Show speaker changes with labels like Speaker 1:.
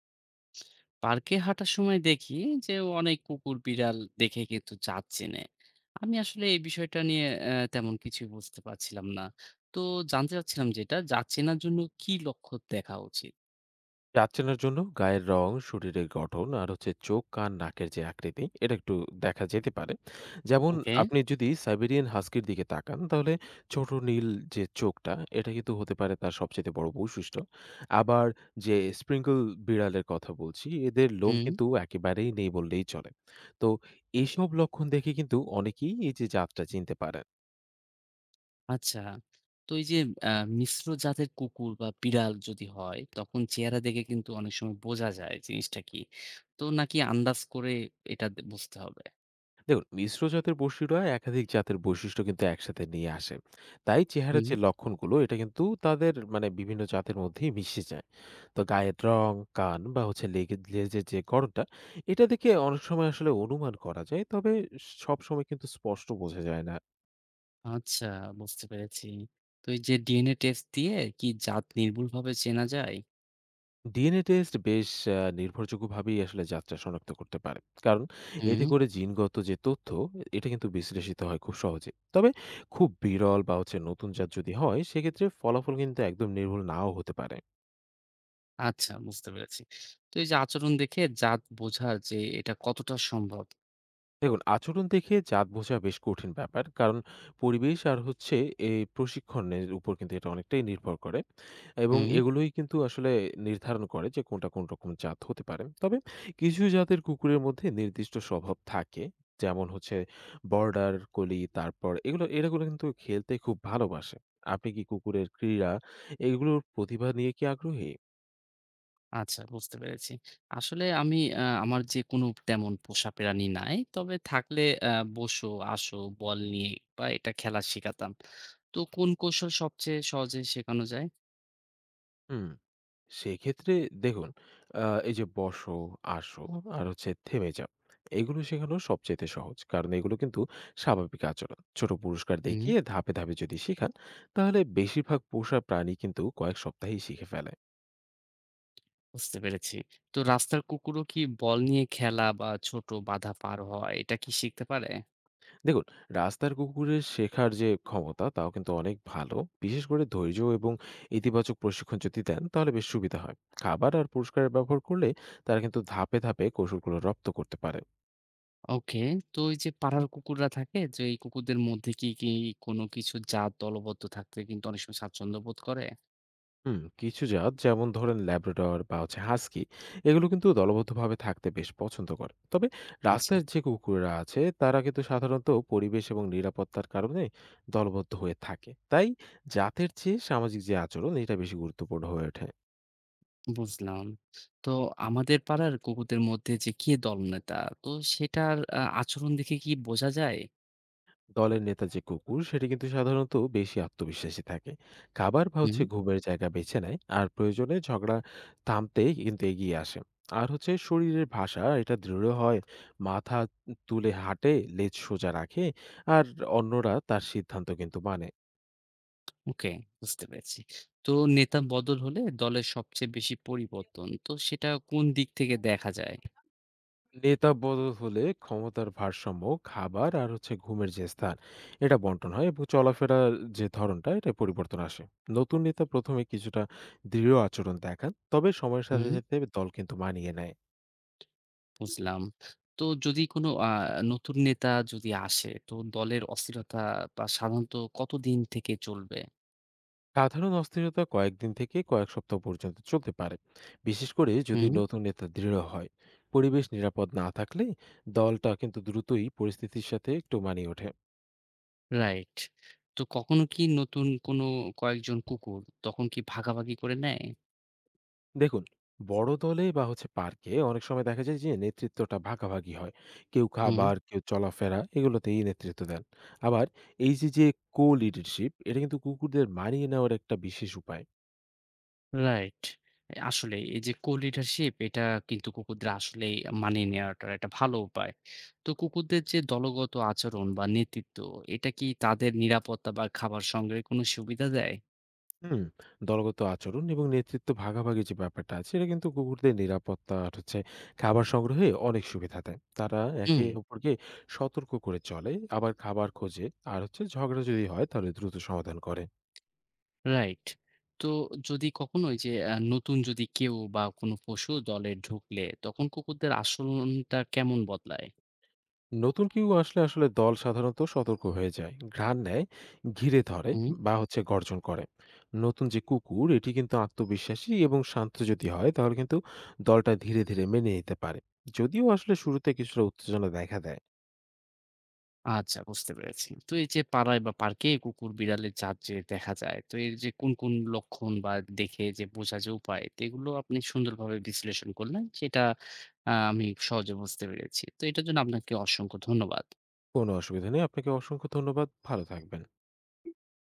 Speaker 1: পার্কে হাঁটার সময় দেখি যে অনেক কুকুর বিড়াল দেখে কিন্তু চাঁদ চেনে। আমি আসলে এই বিষয়টা নিয়ে তেমন কিছু বুঝতে পারছিলাম না, তো জানতে চাচ্ছিলাম যেটা চাঁদ চেনার জন্য কি লক্ষ্য দেখা উচিত।
Speaker 2: রাত চেনার জন্য গায়ের রং, শরীরের গঠন আর হচ্ছে চোখ, কান, নাকের যে আকৃতি এটা একটু দেখা যেতে পারে। যেমন
Speaker 1: ওকে।
Speaker 2: আপনি যদি সাইবেরিয়ান হাস্কির দিকে তাকান তাহলে ছোট নীল যে চোখটা এটা কিন্তু হতে পারে তার সবচেয়ে বড় বৈশিষ্ট্য। আবার যে স্প্রিংকল বিড়ালের কথা বলছি এদের লোম
Speaker 1: হুম।
Speaker 2: কিন্তু একেবারেই নেই বললেই চলে। তো এইসব লক্ষণ দেখে কিন্তু অনেকেই এই যে জাতটা চিনতে পারে।
Speaker 1: আচ্ছা, তো এই যে মিশ্র জাতের কুকুর বা বিড়াল যদি হয় তখন চেহারা দেখে কিন্তু অনেক সময় বোঝা যায় জিনিসটা কি, তো নাকি আন্দাজ করে বুঝতে হবে।
Speaker 2: দেখুন মিশ্র জাতের বৈশিষ্ট্যরা একাধিক জাতের বৈশিষ্ট্য কিন্তু একসাথে নিয়ে আসে, তাই চেহারার যে লক্ষণগুলো এটা কিন্তু তাদের মানে বিভিন্ন জাতের মধ্যেই মিশে যায়। তো গায়ের রং, কান বা হচ্ছে লেজের যে গড়নটা, এটা দেখে অনেক সময় আসলে অনুমান করা যায়, তবে সব সময় কিন্তু স্পষ্ট বোঝা যায় না।
Speaker 1: আচ্ছা, বুঝতে পেরেছি। তো এই যে DNA টেস্ট দিয়ে কি জাত নির্ভুলভাবে চেনা যায়?
Speaker 2: ডিএনএ টেস্ট বেশ নির্ভরযোগ্যভাবেই আসলে যাত্রা শনাক্ত করতে পারে। কারণ এতে
Speaker 1: হুম।
Speaker 2: করে জিনগত যে তথ্য, এটা কিন্তু বিশ্লেষিত হয় খুব সহজে। তবে খুব বিরল বা হচ্ছে নতুন জাত যদি হয়, সেক্ষেত্রে ফলাফল কিন্তু একদম নির্ভুল নাও হতে পারে।
Speaker 1: আচ্ছা, বুঝতে পেরেছি। তো এই যে আচরণ দেখে জাত বোঝার যে এটা কতটা সম্ভব?
Speaker 2: দেখুন, আচরণ দেখে জাত বোঝা বেশ কঠিন ব্যাপার। কারণ পরিবেশ আর হচ্ছে এই প্রশিক্ষণের উপর কিন্তু এটা অনেকটাই নির্ভর করে এবং
Speaker 1: হুম।
Speaker 2: এগুলোই কিন্তু আসলে নির্ধারণ করে যে কোনটা কোন রকম জাত হতে পারে। তবে কিছু জাতের কুকুরের মধ্যে নির্দিষ্ট স্বভাব থাকে। যেমন হচ্ছে বর্ডার কোলি, তারপর এগুলো এরাগুলো কিন্তু খেলতে খুব ভালোবাসে। আপনি কি কুকুরের ক্রীড়া, এগুলোর প্রতিভা নিয়ে কি আগ্রহী?
Speaker 1: আচ্ছা, বুঝতে পেরেছি। আসলে আমি আ আমার যে কোনো তেমন পোষা প্রাণী নাই। তবে থাকলে আ বসো, আসো, বল নিয়ে বা এটা খেলা শেখাতাম। তো কোন কৌশল সবচেয়ে সহজে শেখানো যায়?
Speaker 2: হুম। সেক্ষেত্রে দেখুন, এই যে বসো, আসো আর হচ্ছে থেমে যাও। এগুলো শেখানো সবচাইতে সহজ। কারণ এগুলো কিন্তু স্বাভাবিক আচরণ। ছোট পুরস্কার
Speaker 1: হুম।
Speaker 2: দেখিয়ে ধাপে, ধাপে যদি শিখান তাহলে বেশিরভাগ পোষা প্রাণী কিন্তু কয়েক সপ্তাহেই শিখে ফেলে।
Speaker 1: বুঝতে পেরেছি। তো রাস্তার কুকুরও কি বল নিয়ে খেলা বা ছোট বাধা পার হওয়া এটা কি শিখতে পারে?
Speaker 2: দেখুন, রাস্তার কুকুরের শেখার যে ক্ষমতা তাও কিন্তু অনেক ভালো। বিশেষ করে ধৈর্য এবং ইতিবাচক প্রশিক্ষণ যদি দেন তাহলে বেশ সুবিধা হয়। খাবার আর পুরস্কারের ব্যবহার করলে তারা কিন্তু ধাপে, ধাপে কৌশলগুলো রপ্ত করতে পারে।
Speaker 1: ওকে। তো এই যে পাড়ার কুকুররা থাকে যে এই কুকুরদের মধ্যে কি কোনো কিছু জাত দলবদ্ধ থাকতে কিন্তু অনেক সময় স্বাচ্ছন্দ্য বোধ করে?
Speaker 2: হুম, কিছু জাত যেমন ধরেন ল্যাব্রাডর বা হচ্ছে হাস্কি, এগুলো কিন্তু দলবদ্ধভাবে থাকতে বেশ পছন্দ করে, তবে
Speaker 1: আচ্ছা,
Speaker 2: রাস্তার যে কুকুররা আছে তারা কিন্তু সাধারণত পরিবেশ এবং নিরাপত্তার কারণে দলবদ্ধ হয়ে থাকে। তাই জাতের চেয়ে সামাজিক যে আচরণ এটা বেশি গুরুত্বপূর্ণ হয়ে ওঠে।
Speaker 1: বুঝলাম। তো আমাদের পাড়ার কুকুরদের মধ্যে যে কে দলনেতা, তো সেটার আচরণ দেখে কি বোঝা যায়?
Speaker 2: দলের নেতা যে কুকুর সেটি কিন্তু সাধারণত বেশি আত্মবিশ্বাসী থাকে, খাবার বা
Speaker 1: হুম,
Speaker 2: হচ্ছে ঘুমের জায়গা বেছে নেয় আর প্রয়োজনে ঝগড়া থামতে কিন্তু এগিয়ে আসে, আর হচ্ছে শরীরের ভাষা এটা দৃঢ় হয়, মাথা তুলে হাঁটে, লেজ সোজা রাখে আর অন্যরা তার সিদ্ধান্ত কিন্তু মানে।
Speaker 1: ওকে, বুঝতে পেরেছি। তো নেতা বদল হলে দলের সবচেয়ে বেশি পরিবর্তন তো সেটা কোন দিক থেকে দেখা যায়?
Speaker 2: নেতা বদল হলে ক্ষমতার ভারসাম্য, খাবার আর হচ্ছে ঘুমের যে স্থান, এটা বন্টন হয় এবং চলাফেরার যে ধরনটা এটা পরিবর্তন আসে। নতুন নেতা প্রথমে কিছুটা দৃঢ় আচরণ দেখান, তবে সময়ের সাথে
Speaker 1: হুম।
Speaker 2: সাথে দল কিন্তু মানিয়ে নেয়।
Speaker 1: বুঝলাম। তো যদি কোনো আ নতুন নেতা যদি আসে তো দলের অস্থিরতা বা সাধারণত কতদিন থেকে চলবে?
Speaker 2: সাধারণ অস্থিরতা কয়েকদিন থেকে কয়েক সপ্তাহ পর্যন্ত চলতে পারে, বিশেষ করে যদি
Speaker 1: হুম।
Speaker 2: নতুন নেতা দৃঢ় হয়। পরিবেশ নিরাপদ না থাকলে দলটা কিন্তু দ্রুতই পরিস্থিতির সাথে একটু মানিয়ে ওঠে।
Speaker 1: রাইট। তো কখনো কি নতুন কোনো কয়েকজন কুকুর তখন কি ভাগাভাগি করে নেয়?
Speaker 2: দেখুন, বড় দলে বা হচ্ছে পার্কে অনেক সময় দেখা যায় যে নেতৃত্বটা ভাগাভাগি হয়, কেউ
Speaker 1: হুম।
Speaker 2: খাবার, কেউ চলাফেরা, এগুলোতেই নেতৃত্ব দেন। আবার এই যে যে কো লিডারশিপ, এটা কিন্তু কুকুরদের মানিয়ে নেওয়ার একটা বিশেষ উপায়।
Speaker 1: রাইট। আসলে এই যে co-leadership এটা কিন্তু কুকুরদের আসলেই মানিয়ে নেওয়াটার একটা ভালো উপায়। তো কুকুরদের যে দলগত আচরণ বা নেতৃত্ব এটা কি তাদের নিরাপত্তা বা খাবার সংগ্রহে কোনো সুবিধা দেয়?
Speaker 2: হুম, দলগত আচরণ এবং নেতৃত্ব ভাগাভাগি যে ব্যাপারটা আছে, এটা কিন্তু কুকুরদের নিরাপত্তা আর হচ্ছে খাবার সংগ্রহে অনেক সুবিধা দেয়। তারা
Speaker 1: হুম।
Speaker 2: একে অপরকে সতর্ক করে চলে, আবার খাবার খোঁজে, আর হচ্ছে ঝগড়া যদি হয় তাহলে দ্রুত সমাধান করে।
Speaker 1: রাইট। তো যদি কখনো ওই যে আ নতুন যদি কেউ বা কোনো পশু দলে ঢুকলে তখন কুকুরদের আচরণটা কেমন বদলায়?
Speaker 2: নতুন কেউ আসলে আসলে দল সাধারণত সতর্ক হয়ে যায়, ঘ্রাণ নেয়, ঘিরে ধরে
Speaker 1: হুম।
Speaker 2: বা হচ্ছে গর্জন করে। নতুন যে কুকুর এটি কিন্তু আত্মবিশ্বাসী এবং শান্ত যদি হয় তাহলে কিন্তু দলটা ধীরে ধীরে মেনে নিতে পারে, যদিও আসলে শুরুতে কিছুটা উত্তেজনা দেখা দেয়।
Speaker 1: আচ্ছা, বুঝতে পেরেছি। তো এই যে পাড়ায় বা পার্কে কুকুর বিড়ালের জাত যে দেখা যায়, তো এর যে কোন লক্ষণ বা দেখে যে বোঝা যে উপায় তো এগুলো আপনি সুন্দরভাবে বিশ্লেষণ করলেন সেটা আমি সহজে বুঝতে পেরেছি। তো এটার জন্য আপনাকে অসংখ্য ধন্যবাদ।
Speaker 2: কোনো অসুবিধা নেই, আপনাকে অসংখ্য ধন্যবাদ। ভালো থাকবেন।